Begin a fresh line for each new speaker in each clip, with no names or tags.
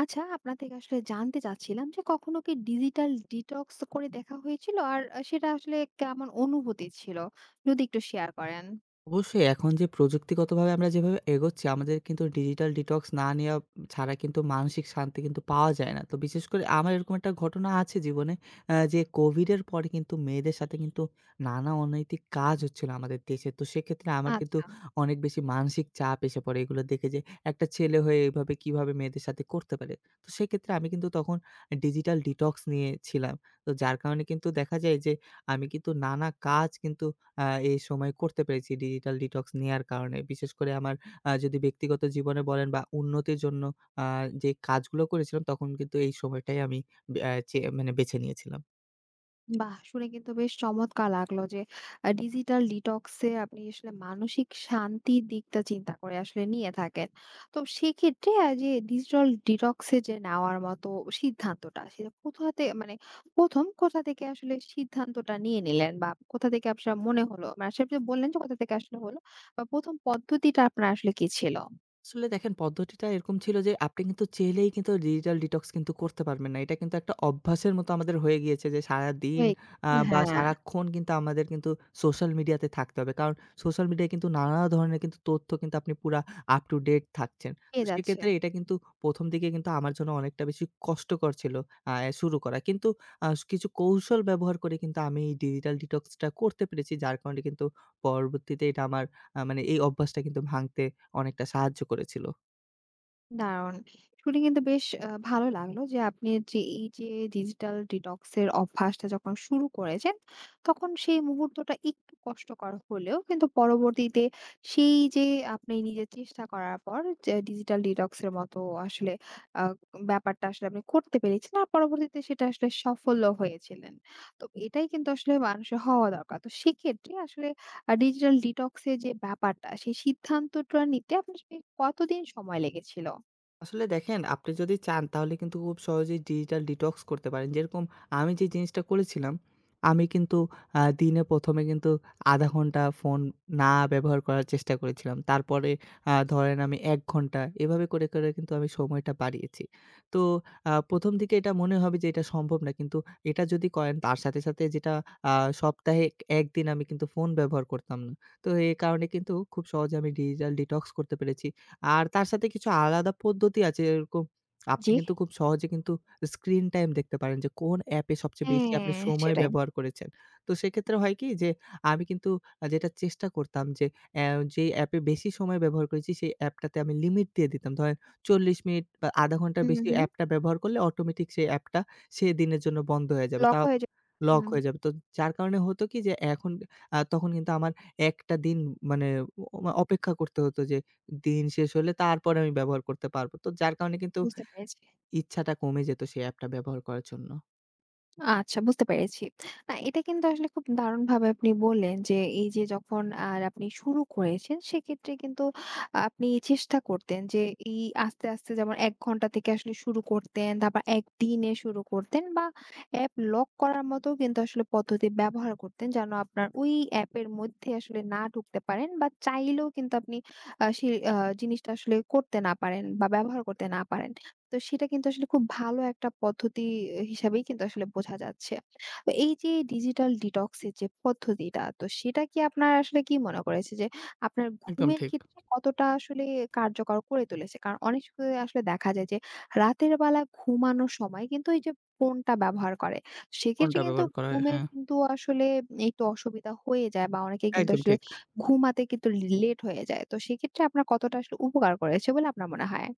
আচ্ছা, আপনার থেকে আসলে জানতে চাচ্ছিলাম যে কখনো কি ডিজিটাল ডিটক্স করে দেখা হয়েছিল? আর সেটা আসলে কেমন অনুভূতি ছিল? যদি একটু শেয়ার করেন।
অবশ্যই এখন যে প্রযুক্তিগতভাবে আমরা যেভাবে এগোচ্ছি, আমাদের কিন্তু ডিজিটাল ডিটক্স না নেওয়া ছাড়া কিন্তু মানসিক শান্তি কিন্তু পাওয়া যায় না। তো বিশেষ করে আমার এরকম একটা ঘটনা আছে জীবনে, যে কোভিডের পরে কিন্তু মেয়েদের সাথে কিন্তু নানা অনৈতিক কাজ হচ্ছিল আমাদের দেশে। তো সেক্ষেত্রে আমার কিন্তু
আচ্ছা।
অনেক বেশি মানসিক চাপ এসে পড়ে এগুলো দেখে যে একটা ছেলে হয়ে এভাবে কিভাবে মেয়েদের সাথে করতে পারে। তো সেক্ষেত্রে আমি কিন্তু তখন ডিজিটাল ডিটক্স নিয়েছিলাম। তো যার কারণে কিন্তু দেখা যায় যে আমি কিন্তু নানা কাজ কিন্তু আ এই সময় করতে পেরেছি ডিজিটাল ডিটক্স নেয়ার কারণে। বিশেষ করে আমার, যদি ব্যক্তিগত জীবনে বলেন বা উন্নতির জন্য, আ যে কাজগুলো করেছিলাম তখন কিন্তু এই সময়টাই আমি ব্যা চে মানে বেছে নিয়েছিলাম।
বাহ! শুনে কিন্তু বেশ চমৎকার লাগলো যে ডিজিটাল ডিটক্স এ আপনি আসলে মানসিক শান্তির দিকটা চিন্তা করে আসলে নিয়ে থাকেন। তো সেক্ষেত্রে যে ডিজিটাল ডিটক্স এ যে নেওয়ার মতো সিদ্ধান্তটা সেটা কোথা তে মানে ১ম কোথা থেকে আসলে সিদ্ধান্তটা নিয়ে নিলেন বা কোথা থেকে আপনার মনে হলো? মানে সেটা বললেন যে কোথা থেকে আসলে হলো বা ১ম পদ্ধতিটা আপনার আসলে কি ছিল?
আসলে দেখেন, পদ্ধতিটা এরকম ছিল যে আপনি কিন্তু চাইলেই কিন্তু ডিজিটাল ডিটক্স কিন্তু করতে পারবেন না। এটা কিন্তু একটা অভ্যাসের মতো আমাদের হয়ে গিয়েছে যে সারাদিন
হয়ে
বা
হ্যাঁ,
সারাক্ষণ কিন্তু আমাদের কিন্তু সোশ্যাল মিডিয়াতে থাকতে হবে। কারণ সোশ্যাল মিডিয়ায় কিন্তু নানা ধরনের কিন্তু তথ্য কিন্তু আপনি পুরা আপ টু ডেট থাকছেন। তো
পেয়ে যাচ্ছে।
সেক্ষেত্রে এটা কিন্তু ১ম দিকে কিন্তু আমার জন্য অনেকটা বেশি কষ্টকর ছিল, আ শুরু করা। কিন্তু কিছু কৌশল ব্যবহার করে কিন্তু আমি এই ডিজিটাল ডিটক্সটা করতে পেরেছি। যার কারণে কিন্তু পরবর্তীতে এটা আমার, আ মানে এই অভ্যাসটা কিন্তু ভাঙতে অনেকটা সাহায্য করেছিল।
দারুণ! শুনে কিন্তু বেশ ভালো লাগলো যে আপনি যে এই যে ডিজিটাল ডিটক্স এর অভ্যাসটা যখন শুরু করেছেন, তখন সেই মুহূর্তটা একটু কষ্টকর হলেও কিন্তু পরবর্তীতে সেই যে আপনি নিজের চেষ্টা করার পর যে ডিজিটাল ডিটক্স এর মতো আসলে আ ব্যাপারটা আসলে আপনি করতে পেরেছেন। আর পরবর্তীতে সেটা আসলে সফলও হয়েছিলেন। তো এটাই কিন্তু আসলে মানুষের হওয়া দরকার। তো সেক্ষেত্রে আসলে ডিজিটাল ডিটক্স এর যে ব্যাপারটা সেই সিদ্ধান্তটা নিতে আপনার বেশ কতদিন সময় লেগেছিল?
আসলে দেখেন, আপনি যদি চান তাহলে কিন্তু খুব সহজেই ডিজিটাল ডিটক্স করতে পারেন। যেরকম আমি যে জিনিসটা করেছিলাম, আমি কিন্তু দিনে ১ম এ কিন্তু ০.৫ ঘন্টা ফোন না ব্যবহার করার চেষ্টা করেছিলাম। তারপরে ধরেন আমি ১ ঘন্টা এভাবে করে, করে কিন্তু আমি সময়টা বাড়িয়েছি। তো ১ম দিকে এটা মনে হবে যে এটা সম্ভব না। কিন্তু এটা যদি করেন তার সাথে, সাথে যেটা, আ সপ্তাহে ১ দিন আমি কিন্তু ফোন ব্যবহার করতাম না। তো এ কারণে কিন্তু খুব সহজে আমি ডিজিটাল ডিটক্স করতে পেরেছি। আর তার সাথে কিছু আলাদা পদ্ধতি আছে, এরকম আপনি
জি।
কিন্তু খুব সহজে কিন্তু স্ক্রিন টাইম দেখতে পারেন যে কোন অ্যাপে সবচেয়ে বেশি
হ্যাঁ,
আপনি সময়
সেটাই।
ব্যবহার করেছেন। তো সেক্ষেত্রে হয় কি যে আমি কিন্তু, যেটা চেষ্টা করতাম যে অ্যা যেই অ্যাপে বেশি সময় ব্যবহার করেছি সেই অ্যাপটাতে আমি লিমিট দিয়ে দিতাম। ধরেন ৪০ মিনিট বা ০.৫ ঘন্টার
হুম,
বেশি
হুম।
অ্যাপটা ব্যবহার করলে অটোমেটিক সেই অ্যাপটা সেদিনের জন্য বন্ধ হয়ে যাবে।
লক
তাও
হয়ে যায়।
লক
হুম,
হয়ে যাবে। তো যার কারণে হতো কি যে এখন আ তখন কিন্তু আমার একটা দিন মানে অপেক্ষা করতে হতো যে দিন শেষ হলে তারপরে আমি ব্যবহার করতে পারবো। তো যার কারণে কিন্তু
বুঝতে পেরেছি।
ইচ্ছাটা কমে যেত সেই অ্যাপটা ব্যবহার করার জন্য।
আচ্ছা, বুঝতে পেরেছি। না, এটা কিন্তু আসলে খুব দারুণভাবে আপনি বললেন যে এই যে যখন আর আপনি শুরু করেছেন সেক্ষেত্রে কিন্তু আপনি চেষ্টা করতেন যে এই আস্তে, আস্তে যেমন ১ ঘন্টা থেকে আসলে শুরু করতেন, তারপর একদিনে শুরু করতেন বা অ্যাপ লক করার মতো কিন্তু আসলে পদ্ধতি ব্যবহার করতেন যেন আপনার ওই অ্যাপের মধ্যে আসলে না ঢুকতে পারেন বা চাইলেও কিন্তু আপনি সেই জিনিসটা আসলে করতে না পারেন বা ব্যবহার করতে না পারেন। তো সেটা কিন্তু আসলে খুব ভালো একটা পদ্ধতি এ হিসাবেই কিন্তু আসলে বোঝা যাচ্ছে। তো এই যে ডিজিটাল ডিটক্স এর যে পদ্ধতিটা, তো সেটা কি আপনার আসলে কি মনে করেছে যে আপনার
একদম
ঘুমের
ঠিক।
ক্ষেত্রে কতটা আসলে কার্যকর করে তুলেছে? কারণ অনেক সময় আসলে দেখা যায় যে রাতের বেলা ঘুমানোর সময় কিন্তু এই যে ফোনটা ব্যবহার করে। সেক্ষেত্রে
ফোনটা
কিন্তু
ব্যবহার করা হয়।
ঘুমের
হ্যাঁ,
কিন্তু আসলে একটু অসুবিধা হয়ে যায় বা অনেকে কিন্তু
একদম
আসলে
ঠিক।
ঘুমাতে কিন্তু লেট হয়ে যায়। তো সেক্ষেত্রে আপনার কতটা আসলে উপকার করেছে বলে আপনার মনে হয়?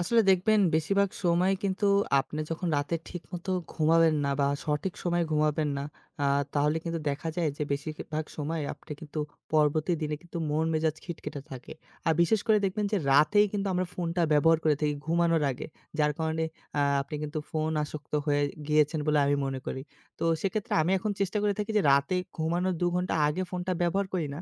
আসলে দেখবেন বেশিরভাগ সময় কিন্তু আপনি যখন রাতে ঠিকমতো ঘুমাবেন না বা সঠিক সময়ে ঘুমাবেন না, আ তাহলে কিন্তু দেখা যায় যে বেশিরভাগ সময় আপনি কিন্তু পরবর্তী দিনে কিন্তু মন মেজাজ খিটখিটে থাকে। আর বিশেষ করে দেখবেন যে রাতেই কিন্তু আমরা ফোনটা ব্যবহার করে থাকি ঘুমানোর আগে। যার কারণে আপনি কিন্তু ফোন আসক্ত হয়ে গিয়েছেন বলে আমি মনে করি। তো সেক্ষেত্রে আমি এখন চেষ্টা করে থাকি যে রাতে ঘুমানোর ২ ঘন্টা আগে ফোনটা ব্যবহার করি না।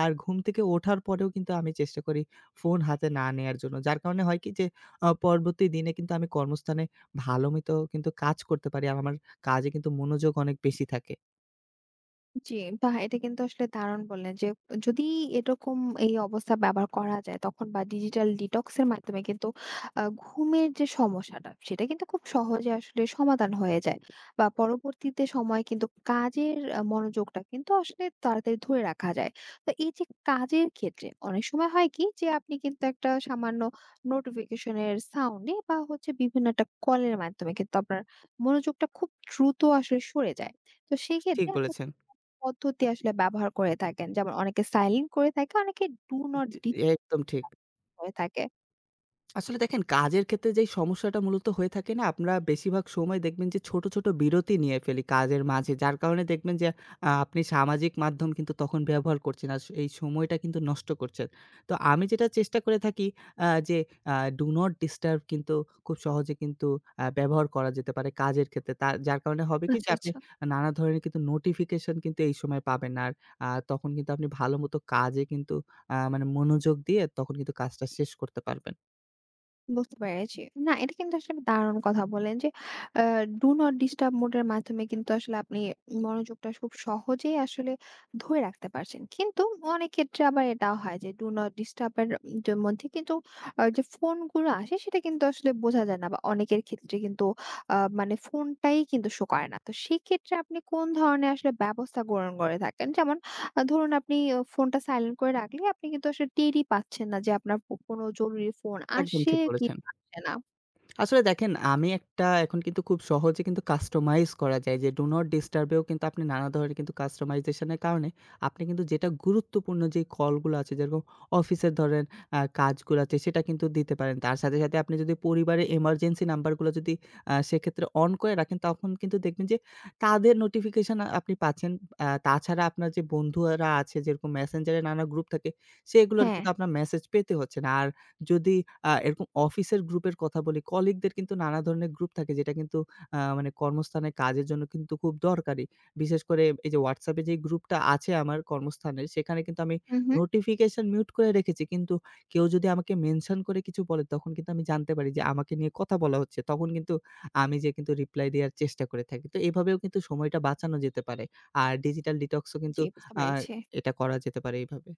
আর ঘুম থেকে ওঠার পরেও কিন্তু আমি চেষ্টা করি ফোন হাতে না নেয়ার জন্য। যার কারণে হয় কি যে পরবর্তী দিনে কিন্তু আমি কর্মস্থানে ভালো মতো কিন্তু কাজ করতে পারি। আর আমার কাজে কিন্তু মনোযোগ অনেক বেশি থাকে।
জি, বাহ! এটা কিন্তু আসলে দারুণ বললেন যে, যদি এরকম এই অবস্থা ব্যবহার করা যায় তখন বা ডিজিটাল ডিটক্স এর মাধ্যমে কিন্তু ঘুমের যে সমস্যাটা সেটা কিন্তু খুব সহজে আসলে সমাধান হয়ে যায়। বা পরবর্তীতে সময়ে কিন্তু কাজের মনোযোগটা কিন্তু আসলে তাড়াতাড়ি ধরে রাখা যায়। তো এই যে কাজের ক্ষেত্রে অনেক সময় হয় কি যে আপনি কিন্তু একটা সামান্য নোটিফিকেশন এর সাউন্ড এ বা হচ্ছে বিভিন্ন একটা কলের মাধ্যমে কিন্তু আপনার মনোযোগটা খুব দ্রুত আসলে সরে যায়। তো
ঠিক
সেক্ষেত্রে আপনি
বলেছেন।
পদ্ধতি আসলে ব্যবহার করে থাকেন? যেমন অনেকে সাইলেন্ট করে থাকে, অনেকে ডু নট
জি।
ডিস্টার্ব
একদম ঠিক।
করে থাকে।
আসলে দেখেন, কাজের ক্ষেত্রে যেই সমস্যাটা মূলত হয়ে থাকে না, আমরা বেশিরভাগ সময় দেখবেন যে ছোট, ছোট বিরতি নিয়ে ফেলি কাজের মাঝে। যার কারণে দেখবেন যে আপনি সামাজিক মাধ্যম কিন্তু তখন ব্যবহার করছেন। আর এই সময়টা কিন্তু নষ্ট করছেন। তো আমি যেটা চেষ্টা করে থাকি, যে ডু নট ডিস্টার্ব কিন্তু খুব সহজে কিন্তু ব্যবহার করা যেতে পারে কাজের ক্ষেত্রে। যার কারণে হবে কি
আচ্ছা,
যে আপনি
আচ্ছা।
নানা ধরনের কিন্তু নোটিফিকেশন কিন্তু এই সময় পাবেন না। আর তখন কিন্তু আপনি ভালোমতো কাজে কিন্তু আ মানে মনোযোগ দিয়ে তখন কিন্তু কাজটা শেষ করতে পারবেন।
বুঝতে পেরেছি। না, এটা কিন্তু আসলে আপনি দারুণ কথা বললেন যে uh do not disturb mode এর মাধ্যমে কিন্তু আসলে আপনি মনোযোগটা খুব সহজেই আসলে ধরে রাখতে পারছেন। কিন্তু অনেক ক্ষেত্রে আবার এটাও হয় যে ডু নট ডিস্টার্ব এর যে মধ্যে কিন্তু যে ফোনগুলো আসে সেটা কিন্তু আসলে বোঝা যায় না বা অনেকের ক্ষেত্রে কিন্তু মানে ফোনটাই কিন্তু শো করে না। তো সেক্ষেত্রে আপনি কোন ধরনের আসলে ব্যবস্থা গ্রহণ করে থাকেন? যেমন ধরুন আপনি ফোনটা সাইলেন্ট করে রাখলে আপনি কিন্তু আসলে টেরই পাচ্ছেন না যে আপনার কোনো জরুরি ফোন
একদম
আসে
ঠিক
কি
বলেছেন।
আসে না।
আসলে দেখেন, আমি এখন কিন্তু খুব সহজে কিন্তু কাস্টমাইজ করা যায় যে ডু নট ডিস্টার্ব এও কিন্তু আপনি নানা ধরনের কিন্তু কাস্টমাইজেশন এর কারণে আপনি কিন্তু যেটা গুরুত্বপূর্ণ যেই কলগুলো আছে যেরকম অফিসের ধরেন কাজগুলো আছে সেটা কিন্তু দিতে পারেন। তার সাথে, সাথে আপনি যদি পরিবারের এমার্জেন্সি নাম্বারগুলো যদি সেক্ষেত্রে অন করে রাখেন তখন কিন্তু দেখবেন যে তাদের নোটিফিকেশন আপনি পাচ্ছেন। তাছাড়া আপনার যে বন্ধুরা আছে যেরকম মেসেঞ্জার এ নানা গ্রুপ থাকে সেগুলোর
হ্যাঁ।
কিন্তু আপনার মেসেজ পেতে হচ্ছে না। আর যদি এরকম অফিসের গ্রুপের কথা বলি, কলিগদের কিন্তু নানা ধরনের গ্রুপ থাকে যেটা কিন্তু, আ মানে কর্মস্থানে কাজের জন্য কিন্তু খুব দরকারি। বিশেষ করে এই যে WhatsApp এ যে গ্রুপটা আছে আমার কর্মস্থানের, সেখানে কিন্তু আমি
হু, হু।
নোটিফিকেশন মিউট করে রেখেছি। কিন্তু কেউ যদি আমাকে মেনশন করে কিছু বলে তখন কিন্তু আমি জানতে পারি যে আমাকে নিয়ে কথা বলা হচ্ছে। তখন কিন্তু আমি যেয়ে কিন্তু রিপ্লাই দেওয়ার চেষ্টা করে থাকি। তো এভাবেও কিন্তু সময়টা বাঁচানো যেতে পারে। আর ডিজিটাল ডিটক্সও
জি,
কিন্তু,
বুঝতে
আ
পেরেছি।
এটা করা যেতে পারে এইভাবে।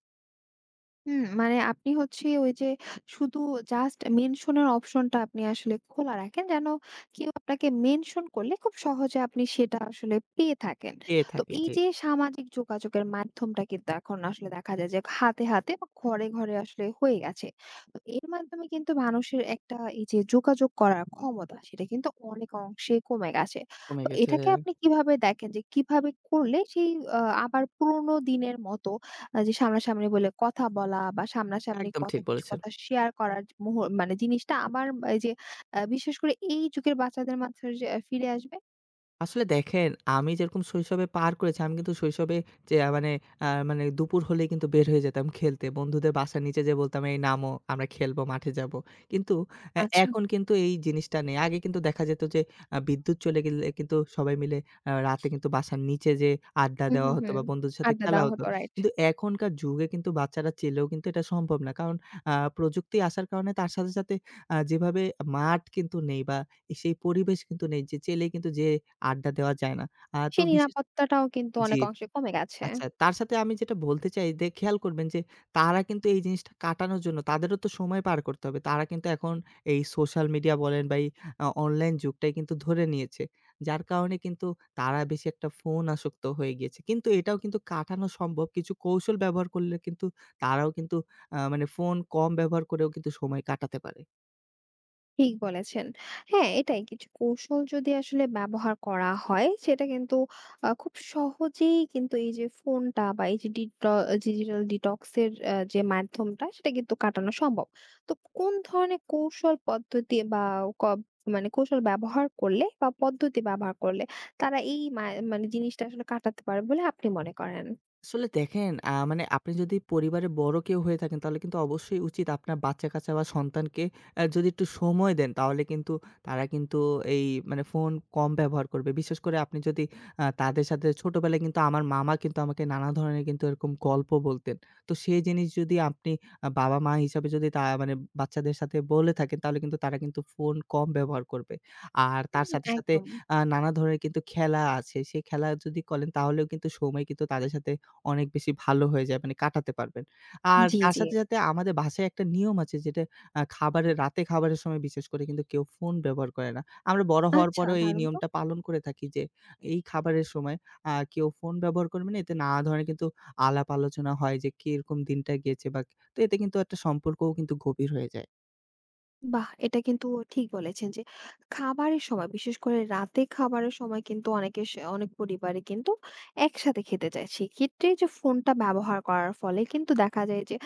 হুম, মানে আপনি হচ্ছে ওই যে শুধু জাস্ট মেনশনের অপশনটা আপনি আসলে খোলা রাখেন যেন কেউ আপনাকে মেনশন করলে খুব সহজে আপনি সেটা আসলে পেয়ে থাকেন।
পেয়ে
তো
থাকি,
এই
জি।
যে সামাজিক যোগাযোগের মাধ্যমটা কিন্তু এখন আসলে দেখা যায় যে হাতে, হাতে বা ঘরে, ঘরে আসলে হয়ে গেছে। তো এর মাধ্যমে কিন্তু মানুষের একটা এই যে যোগাযোগ করার ক্ষমতা সেটা কিন্তু অনেক অংশেই কমে গেছে।
কমে
তো
গেছে।
এটাকে আপনি কিভাবে দেখেন যে কিভাবে করলে সেই আবার পুরোনো দিনের মতো যে সামনাসামনি বলে কথা বলা বা সামনাসামনি
একদম
কথা
ঠিক
কিছু
বলেছেন।
কথা শেয়ার করার যে মোহ মানে জিনিসটা আবার এই যে বিশেষ করে এই যুগের বাচ্চাদের মাঝখানে যে ফিরে আসবে।
আসলে দেখেন, আমি যেরকম শৈশবে পার করেছি, আমি কিন্তু শৈশবে, যে আ মানে আ মানে দুপুর হলেই কিন্তু বের হয়ে যেতাম খেলতে। বন্ধুদের বাসার নিচে যেয়ে বলতাম, "এই নামো, আমরা খেলবো, মাঠে যাবো।" কিন্তু এ
আচ্ছা।
এখন কিন্তু এই জিনিসটা নেই। আগে কিন্তু দেখা যেত যে বিদ্যুৎ চলে গেলে কিন্তু সবাই মিলে রাতে কিন্তু বাসার নিচে যেয়ে আড্ডা
হুম,
দেওয়া
হুম,
হতো
হুম।
বা বন্ধুদের সাথে
আড্ডা
খেলা
দেওয়া
হতো।
হতো, রাইট।
কিন্তু এখনকার যুগে কিন্তু বাচ্চারা চেলেও কিন্তু এটা সম্ভব না। কারণ প্রযুক্তি আসার কারণে তার সাথে, সাথে যেভাবে মাঠ কিন্তু নেই বা সেই পরিবেশ কিন্তু নেই যে চেলেই কিন্তু যে আড্ডা দেওয়া যায় না। আ তো
সেই
বিশেষ
নিরাপত্তাটাও কিন্তু অনেক
জি।
অংশে কমে গেছে।
আচ্ছা, তার সাথে আমি যেটা বলতে চাই যে খেয়াল করবেন যে তারা কিন্তু এই জিনিসটা কাটানোর জন্য তাদেরও তো সময় পার করতে হবে। তারা কিন্তু এখন এই সোশ্যাল মিডিয়া বলেন বা এই অনলাইন যুগটাই কিন্তু ধরে নিয়েছে। যার কারণে কিন্তু তারা বেশি একটা ফোন আসক্ত হয়ে গিয়েছে। কিন্তু এটাও কিন্তু কাটানো সম্ভব। কিছু কৌশল ব্যবহার করলে কিন্তু তারাও কিন্তু, আ মানে ফোন কম ব্যবহার করেও কিন্তু সময় কাটাতে পারে।
ঠিক বলেছেন। হ্যাঁ, এটাই কিছু কৌশল যদি আসলে ব্যবহার করা হয় সেটা কিন্তু খুব সহজেই কিন্তু এই যে ফোনটা বা এই যে ডিজিটাল ডিটক্স এর যে মাধ্যমটা সেটা কিন্তু কাটানো সম্ভব। তো কোন ধরনের কৌশল পদ্ধতি বা ক মানে কৌশল ব্যবহার করলে বা পদ্ধতি ব্যবহার করলে তারা এই মানে জিনিসটা আসলে কাটাতে পারে বলে আপনি মনে করেন?
আসলে দেখেন, আ মানে আপনি যদি পরিবারের বড় কেউ হয়ে থাকেন তাহলে কিন্তু অবশ্যই উচিত আপনার বাচ্চা-কাচ্চা বা সন্তানকে যদি একটু সময় দেন তাহলে কিন্তু তারা কিন্তু, এই মানে ফোন কম ব্যবহার করবে। বিশেষ করে আপনি যদি তাদের সাথে, ছোটবেলায় কিন্তু আমার মামা কিন্তু আমাকে নানা ধরনের কিন্তু এরকম গল্প বলতেন। তো সেই জিনিস যদি আপনি বাবা-মা হিসাবে যদি তা মানে বাচ্চাদের সাথে বলে থাকেন তাহলে কিন্তু তারা কিন্তু ফোন কম ব্যবহার করবে। আর তার
হুম,
সাথে, সাথে
একদম।
নানা ধরনের কিন্তু খেলা আছে। সেই খেলা যদি করেন তাহলেও কিন্তু সময় কিন্তু তাদের সাথে অনেক বেশি ভালো হয়ে যায় মানে কাটাতে পারবেন। আর
জি,
তার
জি।
সাথে, সাথে আমাদের বাসায় একটা নিয়ম আছে যেটা, আ খাবারের রাতে খাবারের সময় বিশেষ করে কিন্তু কেউ ফোন ব্যবহার করে না। আমরা বড় হওয়ার
আচ্ছা,
পরেও এই
দারুণ তো!
নিয়মটা পালন করে থাকি যে এই খাবারের সময় কেউ ফোন ব্যবহার করবে না। এতে নানা ধরনের কিন্তু আলাপ আলোচনা হয় যে কিরকম দিনটা গিয়েছে তো এতে কিন্তু একটা সম্পর্কও কিন্তু গভীর হয়ে যায়।
বাহ! এটা কিন্তু ঠিক বলেছেন যে, খাবারের সময় বিশেষ করে রাতে খাবারের সময় কিন্তু অনেকে অনেক পরিবারে কিন্তু একসাথে খেতে চায়। সেক্ষেত্রে যে ফোনটা ব্যবহার করার ফলে কিন্তু দেখা যায় যে,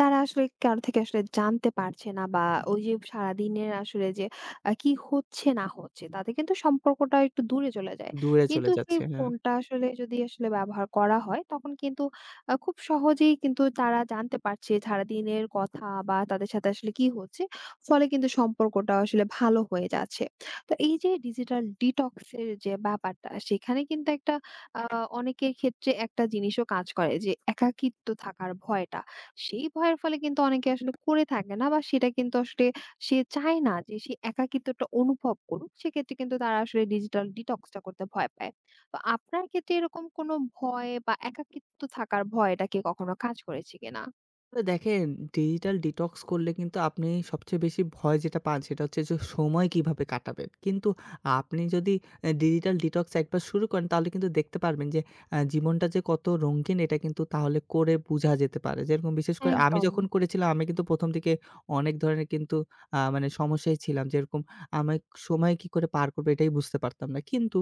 তারা আসলে কারো থেকে আসলে জানতে পারছে না বা ওই যে সারাদিনের আসলে যে কি হচ্ছে না হচ্ছে তাতে কিন্তু সম্পর্কটা একটু দূরে চলে যায়।
দূরে
কিন্তু
চলে
সেই
যাচ্ছে। হ্যাঁ।
ফোনটা আসলে যদি আসলে ব্যবহার করা হয় তখন কিন্তু খুব সহজেই কিন্তু তারা জানতে পারছে সারাদিনের কথা বা তাদের সাথে আসলে কি হচ্ছে। ফলে কিন্তু সম্পর্কটা আসলে ভালো হয়ে যাচ্ছে। তো এই যে ডিজিটাল ডিটক্স এর যে ব্যাপারটা সেখানে কিন্তু একটা আ অনেকের ক্ষেত্রে একটা জিনিসও কাজ করে যে একাকিত্ব থাকার ভয়টা। সেই ভয়ের ফলে কিন্তু অনেকে আসলে করে থাকে না বা সেটা কিন্তু আসলে সে চায় না যে সে একাকিত্বটা অনুভব করুক। সেক্ষেত্রে কিন্তু তারা আসলে ডিজিটাল ডিটক্স টা করতে ভয় পায়। তো আপনার ক্ষেত্রে এরকম কোনো ভয় বা একাকিত্ব থাকার ভয়টা কি কখনো কাজ করেছে কিনা?
তো দেখেন, ডিজিটাল ডিটক্স করলে কিন্তু আপনি সবচেয়ে বেশি ভয় যেটা পান সেটা হচ্ছে যে সময় কিভাবে কাটাবেন। কিন্তু আপনি যদি ডিজিটাল ডিটক্স একবার শুরু করেন তাহলে কিন্তু দেখতে পারবেন যে জীবনটা যে কত রঙিন, এটা কিন্তু তাহলে করে বুঝা যেতে পারে। যেরকম বিশেষ করে আমি
একদম।
যখন করেছিলাম, আমি কিন্তু ১ম দিকে অনেক ধরনের কিন্তু, আ মানে সমস্যায় ছিলাম। যেরকম আমি সময় কি করে পার করব এটাই বুঝতে পারতাম না। কিন্তু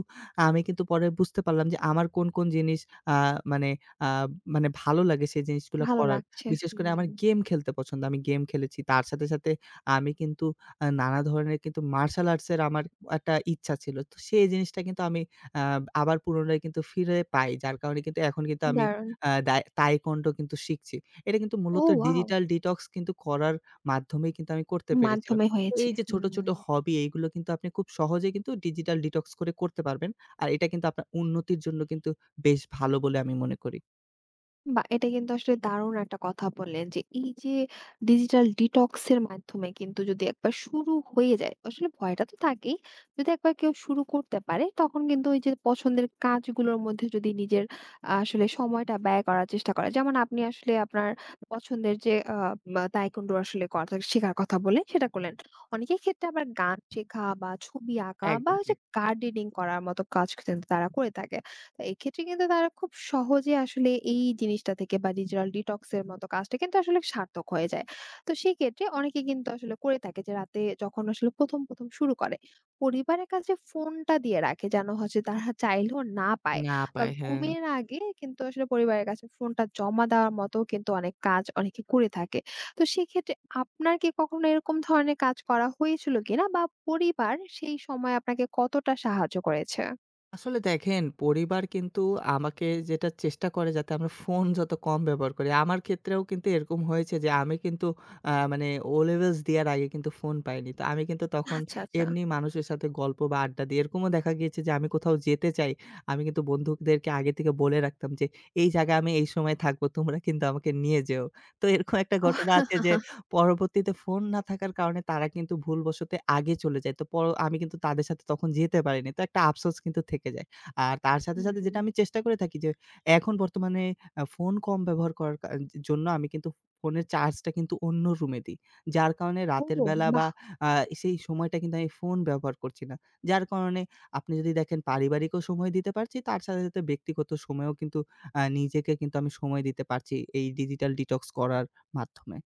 আমি কিন্তু পরে বুঝতে পারলাম যে আমার কোন, কোন জিনিস, আ মানে আ মানে ভালো লাগে সেই জিনিসগুলা
ভালো
করার।
লাগছে।
বিশেষ করে
হুম।
আমার গেম খেলতে পছন্দ। আমি গেম খেলেছি। তার সাথে, সাথে আমি কিন্তু নানা ধরনের কিন্তু মার্শাল আর্টস এর আমার একটা ইচ্ছা ছিল। তো সেই জিনিসটা কিন্তু আমি আ আবার পুনরায় কিন্তু ফিরে পাই। যার কারণে কিন্তু এখন কিন্তু আমি
দারুণ।
আ দায় তাইকোন্ডো কিন্তু শিখছি। এটা কিন্তু
ও,
মূলত
ওয়াও!
ডিজিটাল ডিটক্স কিন্তু করার মাধ্যমেই কিন্তু আমি করতে পেরেছিলাম।
মাধ্যমে
তো
হয়েছে।
এই যে ছোট, ছোট
হুম।
হবি এইগুলো কিন্তু আপনি খুব সহজেই কিন্তু ডিজিটাল ডিটক্স করে করতে পারবেন। আর এটা কিন্তু আপনার উন্নতির জন্য কিন্তু বেশ ভালো বলে আমি মনে করি।
বাহ! এটা কিন্তু আসলে দারুণ একটা কথা বললেন যে, এই যে ডিজিটাল ডিটক্স এর মাধ্যমে কিন্তু যদি একবার শুরু হয়ে যায়, আসলে ভয়টা তো থাকেই। যদি একবার কেউ শুরু করতে পারে, তখন কিন্তু ওই যে পছন্দের কাজগুলোর মধ্যে যদি নিজের আসলে সময়টা ব্যয় করার চেষ্টা করে। যেমন আপনি আসলে আপনার পছন্দের যে বা তায়কোন্ডো আসলে কথা শেখার কথা বললেন, সেটা করলেন। অনেকের ক্ষেত্রে আবার গান শেখা বা ছবি আঁকা বা
একদম
ওই যে
ঠিক।
গার্ডেনিং করার মতো কাজ কিন্তু তারা করে থাকে। তো এক্ষেত্রে কিন্তু তারা খুব সহজে আসলে এই জিনিসটা থেকে বা ডিজিটাল ডিটক্স এর মতো কাজটা কিন্তু আসলে সার্থক হয়ে যায়। তো সেই ক্ষেত্রে অনেকে কিন্তু আসলে করে থাকে যে রাতে যখন আসলে প্রথম প্রথম শুরু করে পরিবারের কাছে ফোনটা দিয়ে রাখে যেন হচ্ছে তারা চাইলেও না পায়,
না
বা
পায়, হ্যাঁ।
ঘুমের আগে কিন্তু আসলে পরিবারের কাছে ফোনটা জমা দেওয়ার মতো কিন্তু অনেক কাজ অনেকে করে থাকে। তো সেক্ষেত্রে আপনার কি কখনো এরকম ধরনের কাজ করা হয়েছিল কিনা বা পরিবার সেই সময় আপনাকে কতটা সাহায্য করেছে?
আসলে দেখেন, পরিবার কিন্তু আমাকে যেটা চেষ্টা করে যাতে আমরা ফোন যত কম ব্যবহার করি। আমার ক্ষেত্রেও কিন্তু এরকম হয়েছে যে আমি কিন্তু, আ মানে O levels দেওয়ার আগে কিন্তু ফোন পাইনি। তো আমি কিন্তু তখন
আচ্ছা, আচ্ছা।
এমনি মানুষের সাথে গল্প বা আড্ডা দিই। এরকমও দেখা গিয়েছে যে আমি কোথাও যেতে চাই, আমি কিন্তু বন্ধুদেরকে আগে থেকে বলে রাখতাম যে, "এই জায়গায় আমি এই সময় থাকবো, তোমরা কিন্তু আমাকে নিয়ে যেও।" তো এরকম একটা ঘটনা আছে যে পরবর্তীতে ফোন না থাকার কারণে তারা কিন্তু ভুলবশত আগে চলে যায়। তো আমি কিন্তু তাদের সাথে তখন যেতে পারিনি। তো একটা আফসোস কিন্তু থেকে যায়। আর তার সাথে, সাথে
হুম।
যেটা আমি চেষ্টা করে থাকি যে এখন বর্তমানে, ফোন কম ব্যবহার করার জন্য আমি কিন্তু ফোনের চার্জটা কিন্তু অন্য রুমে দিই। যার কারণে রাতের
ও,
বেলা
বাহ!
বা, আ সেই সময়টা কিন্তু আমি ফোন ব্যবহার করছি না। যার কারণে আপনি যদি দেখেন পারিবারিকও সময় দিতে পারছি, তার সাথে, সাথে ব্যক্তিগত সময়েও কিন্তু, নিজেকে কিন্তু আমি সময় দিতে পারছি এই ডিজিটাল ডিটক্স করার মাধ্যমে।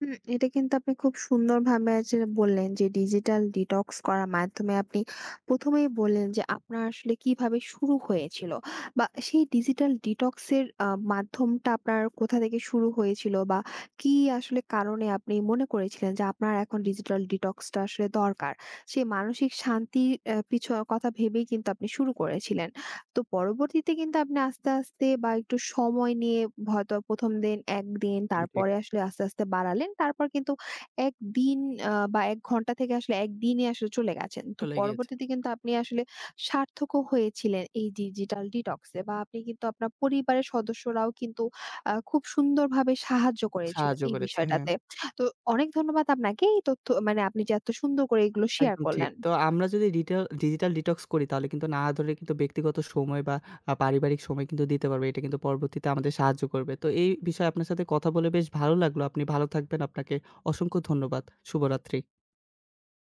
হুম, এটা কিন্তু আপনি খুব সুন্দরভাবে আসলে বললেন যে ডিজিটাল ডিটক্স করার মাধ্যমে আপনি ১ম এই বললেন যে আপনার আসলে কিভাবে শুরু হয়েছিল বা সেই ডিজিটাল ডিটক্স এর মাধ্যমটা আপনার কোথা থেকে শুরু হয়েছিল বা কি আসলে কারণে আপনি মনে করেছিলেন যে আপনার এখন ডিজিটাল ডিটক্স টা আসলে দরকার? সেই মানসিক শান্তির অ্যা পিছ কথা ভেবেই কিন্তু আপনি শুরু করেছিলেন। তো পরবর্তীতে কিন্তু আপনি আস্তে, আস্তে বা একটু সময় নিয়ে হয়তো ১ম দিন ১ দিন,
একদম ঠিক।
তারপরে আসলে আস্তে, আস্তে বাড়ালেন। তারপর কিন্তু ১ দিন বা ১ ঘন্টা থেকে আসলে ১ দিনে আসলে চলে গেছেন। তো
চলে গিয়েছে।
পরবর্তীতে কিন্তু আপনি আসলে সার্থকও হয়েছিলেন এই ডিজিটাল ডিটক্সে বা আপনি কিন্তু আপনার পরিবারের সদস্যরাও কিন্তু খুব সুন্দরভাবে সাহায্য করেছিল
সাহায্য
এই
করেছে, হ্যাঁ।
বিষয়টাতে। তো অনেক ধন্যবাদ আপনাকে এই তথ্য মানে আপনি যে এত সুন্দর করে এগুলো শেয়ার
একদম ঠিক।
করলেন।
তো আমরা যদি ডিজিটাল ডিটক্স করি তাহলে কিন্তু না ধরে কিন্তু ব্যক্তিগত সময় বা, পারিবারিক সময় কিন্তু দিতে পারবো। এটা কিন্তু পরবর্তীতে আমাদের সাহায্য করবে। তো এই বিষয়ে আপনার সাথে কথা বলে বেশ ভালো লাগলো। আপনি ভালো থাকবেন। আপনাকে অসংখ্য ধন্যবাদ। শুভরাত্রি।